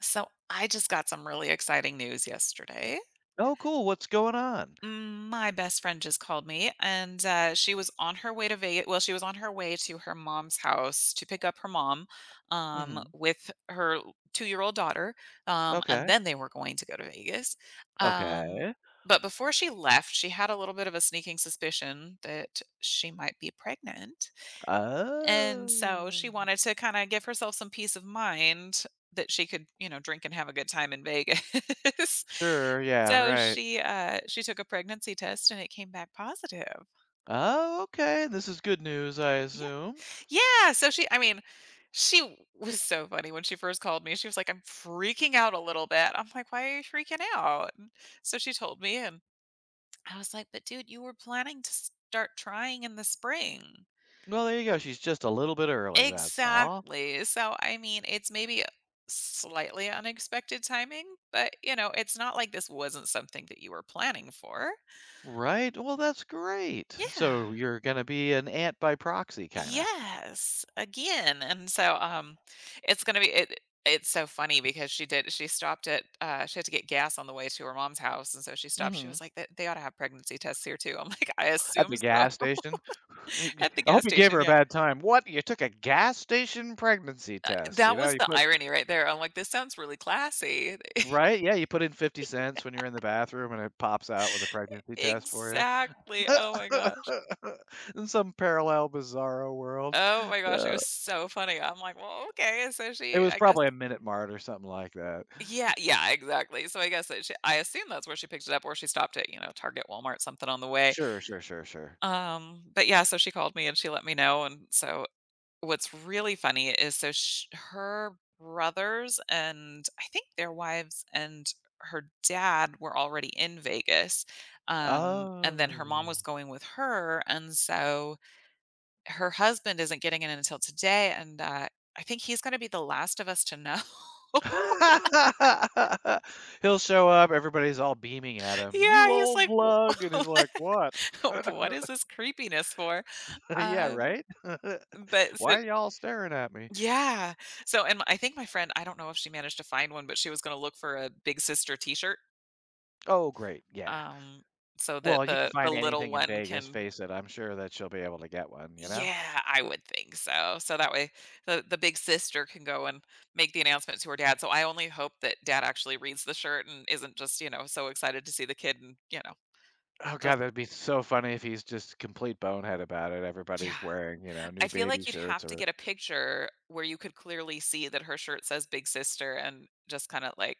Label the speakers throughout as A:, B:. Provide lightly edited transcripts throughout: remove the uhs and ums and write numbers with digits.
A: So I just got some really exciting news yesterday.
B: Oh, cool. What's going on?
A: My best friend just called me, and she was on her way to Vegas. Well, she was on her way to her mom's house to pick up her mom
B: Mhm.
A: with her two-year-old daughter, and
B: Okay.
A: then they were going to go to Vegas. Um,
B: Okay.
A: but before she left, she had a little bit of a sneaking suspicion that she might be pregnant. And so
B: Oh.
A: she wanted to kinda give herself some peace of mind that she could, you know, drink and have a good time in Vegas.
B: Sure, yeah,
A: So
B: right.
A: she took a pregnancy test and it came back positive.
B: Oh, okay. This is good news, I
A: Yeah.
B: assume.
A: Yeah, so she I mean, she was so funny when she first called me. She was like, "I'm freaking out a little bit." I'm like, "Why are you freaking out?" And so she told me, and I was like, "But dude, you were planning to start trying in the spring."
B: Well, there you go. She's just a little bit early, that's all.
A: Exactly. So, I mean, it's maybe slightly unexpected timing, but, you know, it's not like this wasn't something that you were planning for.
B: Right? Well, that's great.
A: Yeah.
B: So you're gonna be an aunt by proxy, kinda.
A: Yes, again. And so, it's gonna be it's so funny because she stopped at she had to get gas on the way to her mom's house and so she stopped. She
B: Mhm.
A: was like, they ought to have pregnancy tests here too. I'm like, I
B: At
A: assume
B: the
A: so
B: gas station. I
A: at the
B: hope
A: gas
B: you gave
A: station,
B: her a
A: yeah.
B: bad time. What? You took a gas station pregnancy test, you
A: That
B: know?
A: was
B: You
A: the
B: put
A: irony right there. I'm like, this sounds really classy.
B: right? Yeah, you put in 50 cents when you're in the bathroom and it pops out with a pregnancy test for you.
A: Exactly. Oh my gosh.
B: In some parallel bizarro world.
A: Oh my gosh, it
B: Uh,
A: was so funny. I'm like, "Well, okay." So
B: it
A: she
B: was
A: I guess.
B: probably a Minute Mart or something like that.
A: Yeah, yeah, exactly. So I guess that she I assume that's where she picked it up or she stopped at, you know, Target, Walmart, something on the way.
B: Sure, sure, sure, sure.
A: But yeah, so she called me and she let me know, and so what's really funny is so sh her brothers and I think their wives and her dad were already in Vegas, and then her mom
B: Oh.
A: was going with her, and so her husband isn't getting it until today, and, I think he's gonna be the last of us to know.
B: He'll show up, everybody's all beaming at him. "You
A: Yeah, he's
B: old
A: like,
B: lug," and he's like, "What?"
A: what is this creepiness for?"
B: Yeah,
A: Um,
B: right?
A: but so
B: "Why are y'all staring at me?"
A: Yeah. So, and I think my friend I don't know if she managed to find one, but she was gonna look for a big sister T-shirt,
B: "Oh, great, yeah."
A: um, so that
B: Well, you can
A: the
B: find
A: little
B: anything in
A: one
B: Vegas,
A: can.
B: face it, I'm sure that she'll be able to get one, you know?
A: Yeah, I would think so. So that way the big sister can go and make the announcement to her dad. So I only hope that dad actually reads the shirt and isn't just, you know, so excited to see the kid and, you know,
B: Oh god,
A: doesn't.
B: that'd be so funny if he's just complete bonehead about it,
A: Yeah.
B: everybody's wearing, you know, new
A: I feel
B: baby
A: like you'd
B: shirts
A: have to
B: or
A: get a picture where you could clearly see that her shirt says big sister and just kind of like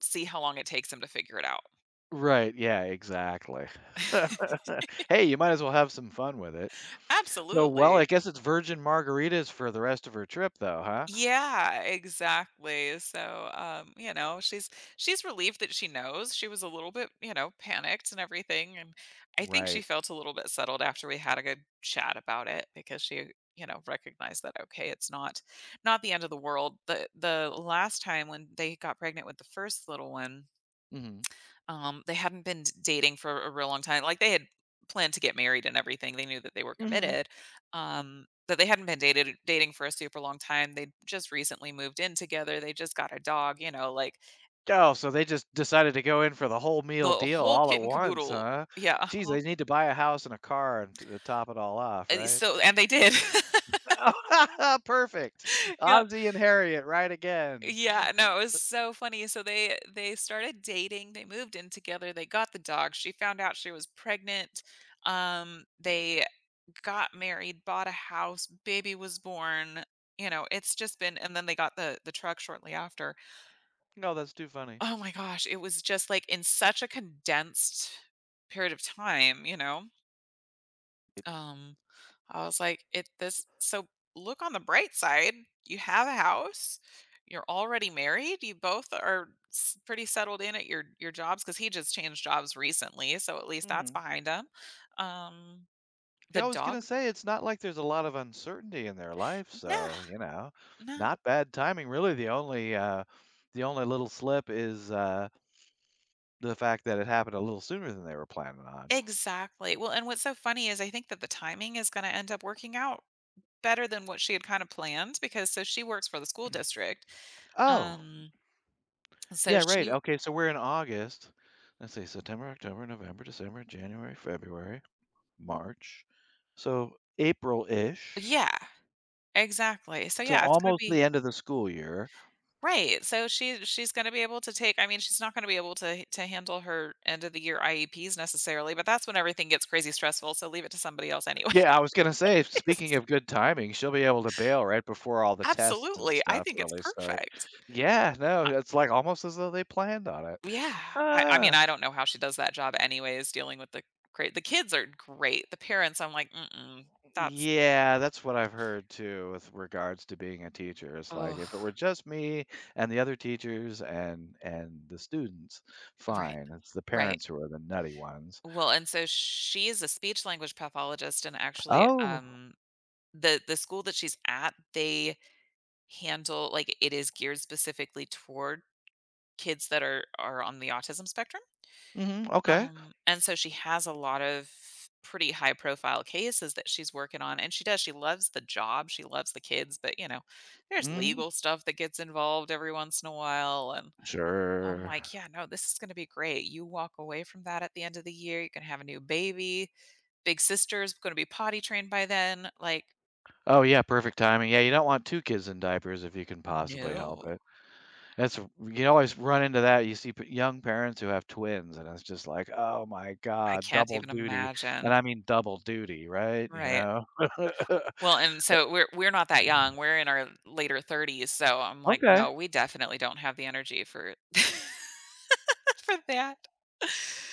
A: see how long it takes him to figure it out.
B: right, yeah, exactly. Hey, you might as well have some fun with it. So, well,
A: Absolutely.
B: I guess it's virgin margaritas for the rest of her trip though, huh?
A: Yeah, exactly. So, you know, she's relieved that she knows. She was a little bit, you know, panicked and everything, and I think she
B: Right.
A: felt a little bit settled after we had a good chat about it because she, you know, recognized that okay, it's not the end of the world. The last time when they got pregnant with the first little one,
B: Mhm.
A: they hadn't been d dating for a real long time, like, they had planned to get married and everything, they knew that they were
B: Mhm.
A: committed, but they hadn't been dated dating for a super long time, they just recently moved in together, they just got a dog, you know, like,
B: Oh, so they just decided to go in for the whole meal
A: the
B: deal
A: whole
B: all at
A: kit and
B: once,
A: caboodle.
B: huh?
A: Yeah,
B: Geez,
A: uh-huh,
B: they need to buy a house and a car and t to top it all off,
A: and
B: right?
A: so and they did.
B: Perfect.
A: Yep.
B: Ozzy and Harriet, right again.
A: Yeah, no, it was so funny, so they started dating, they moved in together, they got the dog, she found out she was pregnant, they got married, bought a house, baby was born, you know, it's just been and then they got the truck shortly after.
B: No, that's too funny.
A: Oh my gosh, it was just like in such a condensed period of time, you know.
B: It-
A: Um I was like, it this so look on the bright side, you have a house, you're already married, you both are pretty settled in at your jobs cuz he just changed jobs recently, so at least that's
B: Mhm.
A: behind him. Um the
B: Yeah, I was gonna
A: dog?
B: say it's not like there's a lot of uncertainty in their life,
A: Nah,
B: so, you know,
A: no.
B: not bad timing. Really, the only little slip is, the fact that it happened a little sooner than they were planning on.
A: Exactly. Well, and what's so funny is I think that the timing is gonna end up working out better than what she had kinda planned because so she works for the school district.
B: Oh,
A: Um, so
B: yeah, right.
A: she
B: Okay, so we're in August. Let's see, September, October, November, December, January, February, March. So April-ish.
A: Yeah, exactly. So,
B: So
A: yeah, it's gonna
B: almost
A: be
B: the end of the school year.
A: right. So she's gonna be able to take I mean, she's not gonna be able to handle her end of the year IEPs necessarily, but that's when everything gets crazy stressful, so leave it to somebody else anyways.
B: Yeah, I was gonna say, speaking of good timing, she'll be able to bail right before all the tests and
A: Absolutely. I
B: stuff
A: think it's
B: really start.
A: perfect.
B: Yeah, no, it's like almost as though they planned on it.
A: Yeah, I
B: Huh.
A: mean, I don't know how she does that job anyways, dealing with the great, the kids are great, the parents, I'm like, "Mm-mm, that's"
B: Yeah, that's what I've heard too with regards to being a teacher. It's like if it were
A: oh,
B: just me and the other teachers and the students,
A: right,
B: fine. It's the
A: right.
B: parents who are the nutty ones.
A: Well, and so she's a speech language pathologist, and actually,
B: Oh.
A: the school that she's at, they handle like, it is geared specifically toward kids that are on the autism spectrum.
B: Mhm. Okay.
A: And so she has a lot of pretty high profile cases that she's working on and she loves the job, she loves the kids, but you know, there's
B: Mhm.
A: legal stuff that gets involved every once in a while and I'm
B: Sure.
A: like, yeah, no, this is going to be great. You walk away from that at the end of the year, you can have a new baby. Big sister's going to be potty trained by then. Like,
B: Oh yeah, perfect timing. Yeah, you don't want two kids in diapers if you can possibly help
A: no.
B: it. That's you can always run into that. You see p young parents who have twins, and it's just like, "Oh my
A: I
B: god,
A: can't
B: double
A: even
B: duty," and
A: imagine.
B: I mean double duty, right, you
A: Right.
B: know?
A: Well, and so we're not that young. We're in our later 30s, so I'm like,
B: Okay.
A: "No, we definitely don't have the energy for for that."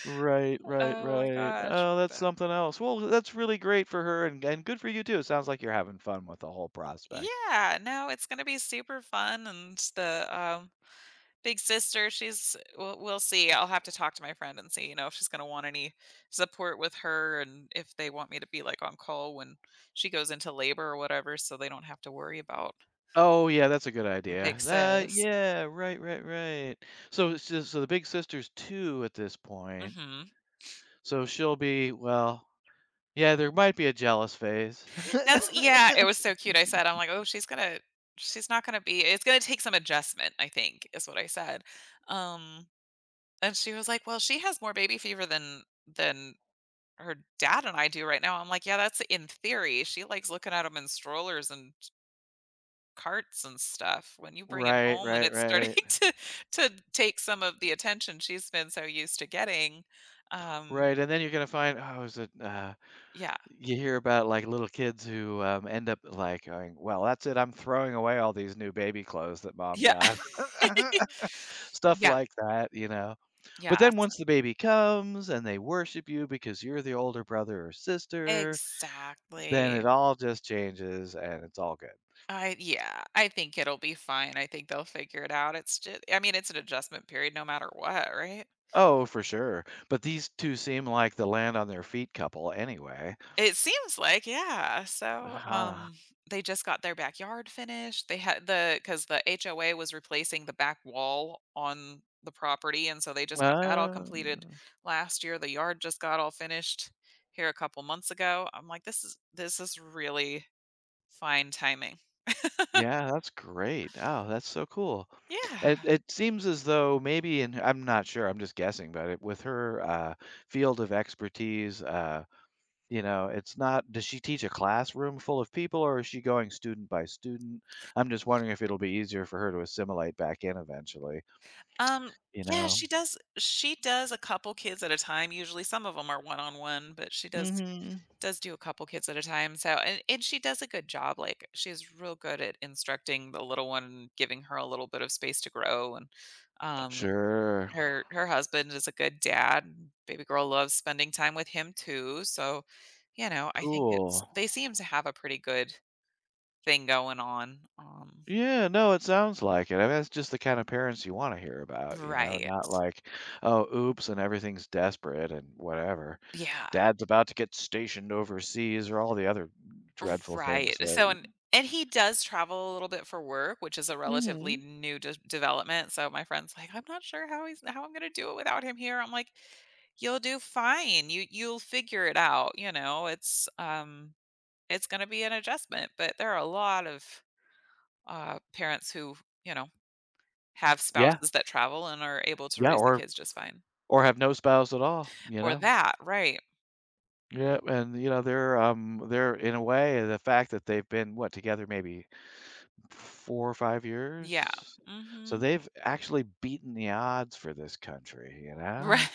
B: Right, right,
A: Oh my
B: right.
A: gosh,
B: Oh, that's
A: but
B: something else. Well, that's really great for her and good for you too. It sounds like you're having fun with the whole prospect.
A: yeah, no, it's gonna be super fun, and the, big sister, she's we'll see. I'll have to talk to my friend and see, you know, if she's gonna want any support with her and if they want me to be, like, on call when she goes into labor or whatever so they don't have to worry about
B: Oh, yeah, that's a good idea.
A: big
B: That
A: sis.
B: yeah, right, right, right. So it's just so the big sister's 2 at this point,
A: Mhm.
B: so she'll be well, yeah, there might be a jealous phase.
A: That's yeah, it was so cute, I said, I'm like, "Oh, she's not gonna be it's gonna take some adjustment, I think," is what I said. Um, and she was like, "Well, she has more baby fever than her dad and I do right now." I'm like, "Yeah, that's in theory. She likes looking at 'em in strollers and carts and stuff. When you bring it
B: Right,
A: home and
B: right,
A: it's starting
B: right.
A: to take some of the attention she's been so used to getting." Um,
B: Right, and then you're gonna find oh, is it,
A: yeah.
B: you hear about, like, little kids who, end up, like, going, "Well, that's it, I'm throwing away all these new baby clothes that mom
A: Yeah.
B: got." Stuff
A: Yeah,
B: like that, you know? But
A: yeah,
B: then
A: so
B: once the baby comes and they worship you because you're the older brother or sister, then it
A: exactly.
B: all just changes and it's all good.
A: I Yeah, I think it'll be fine. I think they'll figure it out. It's just I mean, it's an adjustment period no matter what, right?
B: Oh, for sure, but these 2 seem like the land on their feet couple anyway.
A: It seems like, yeah. So,
B: Uh-huh.
A: they just got their backyard finished. They had the cuz the HOA was replacing the back wall on the property and so they just got that all
B: Ah.
A: completed last year. The yard just got all finished here a couple months ago. I'm like this is really fine timing.
B: Yeah, that's great. Oh, that's so cool. It
A: Yeah.
B: it seems as though maybe, and I'm not sure, I'm just guessing, but it, with her field of expertise, you know, it's not, does she teach a classroom full of people or is she going student by student? I'm just wondering if it'll be easier for her to assimilate back in eventually,
A: Um,
B: you
A: yeah,
B: know?
A: she does a couple kids at a time, usually some of them are one-on-one, but she
B: Hmm.
A: does do a couple kids at a time, so and she does a good job, like, she's real good at instructing the little one and giving her a little bit of space to grow, and, um,
B: Sure.
A: her husband is a good dad, baby girl loves spending time with him too, so, you know, I think
B: Cool.
A: it's they seem to have a pretty good thing going on,
B: Yeah, no, it sounds like it. I mean, that's just the kind of parents you wanna hear about, you know, not
A: right.
B: like, "Oh, oops, and everything's desperate and whatever.
A: Yeah.
B: Dad's about to get stationed overseas," or all the other dreadful
A: Right.
B: things
A: So
B: that
A: and he does travel a little bit for work, which is a relatively
B: mhm.
A: new de development. So my friend's like, "I'm not sure how he's how I'm gonna do it without him here." I'm like, "You'll do fine. You'll figure it out, you know, it's gonna be an adjustment." But there are a lot of, parents who, you know, have
B: Yeah,
A: spouses that travel and are able to
B: yeah,
A: raise the kids just fine.
B: or have no spouse at all, you
A: Or
B: know?
A: that, right.
B: Yeah, and, you know, they're in a way, the fact that they've been, what, together maybe 4 or 5
A: Yeah.
B: years? So
A: Mhm.
B: they've actually beaten the odds for this country, you know?
A: Right.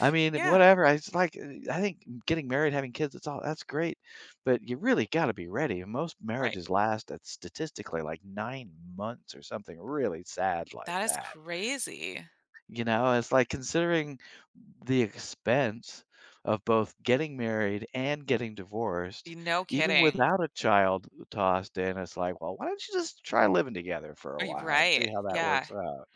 B: I mean,
A: Yeah.
B: whatever, I just like I think getting married, having kids, it's all that's great, but you really gotta be ready, and most
A: Right.
B: marriages last at statistically, like, 9 months or something really sad like
A: That is
B: that,
A: crazy.
B: you know? It's like considering the expense of both getting married and getting divorced,
A: Y no
B: even
A: kidding.
B: without a child tossed in, it's like, "Well, why don't you just try living together for a
A: Y
B: while and see
A: right.
B: how that
A: Yeah.
B: works out?"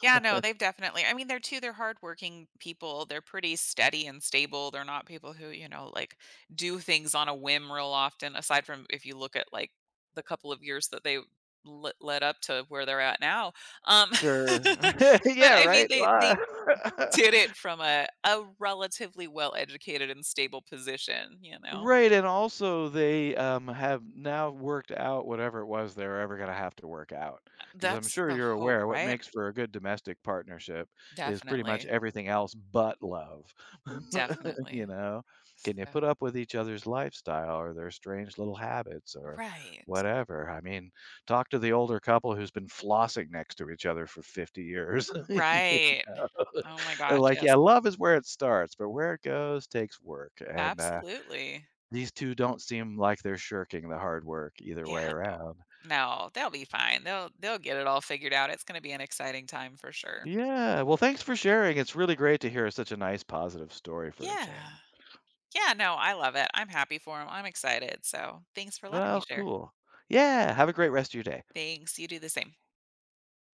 A: Yeah, no, they've definitely I mean, they're hardworking people. They're pretty steady and stable. They're not people who, you know, like, do things on a whim real often, aside from if you look at, like, the couple of years that they le led up to where they're at now. Um,
B: Sure.
A: but
B: Yeah,
A: I mean,
B: right?
A: they did it from a relatively well-educated and stable position, you know?
B: Right, and also they, have now worked out whatever it was they are ever gonna have to work out, because 'cause I'm
A: That's
B: sure
A: the
B: you're
A: hope,
B: aware what
A: right?
B: makes for a good domestic partnership is pretty much
A: Definitely.
B: everything else but love. You
A: Definitely.
B: know? Can you
A: So
B: put up with each other's lifestyle or their strange little habits or
A: right.
B: whatever? I mean, talk to the older couple who's been flossing next to each other for 50 years.
A: Right. Oh my
B: They
A: gosh,
B: like, "Yeah,
A: yes.
B: love is where it starts, but where it goes takes work," and,
A: Absolutely.
B: these 2 don't seem like they're shirking the hard work either
A: Yeah,
B: way
A: no.
B: around.
A: No, they'll be fine. They'll get it all figured out. It's gonna be an exciting time for sure.
B: Yeah, well, thanks for sharing. It's really great to hear such a nice positive story for a change.
A: Yeah. Yeah, no, I love it. I'm happy for them. I'm excited. So thanks for letting me
B: Well,
A: share.
B: cool. Yeah, have a great rest of your day.
A: Thanks. You do the same.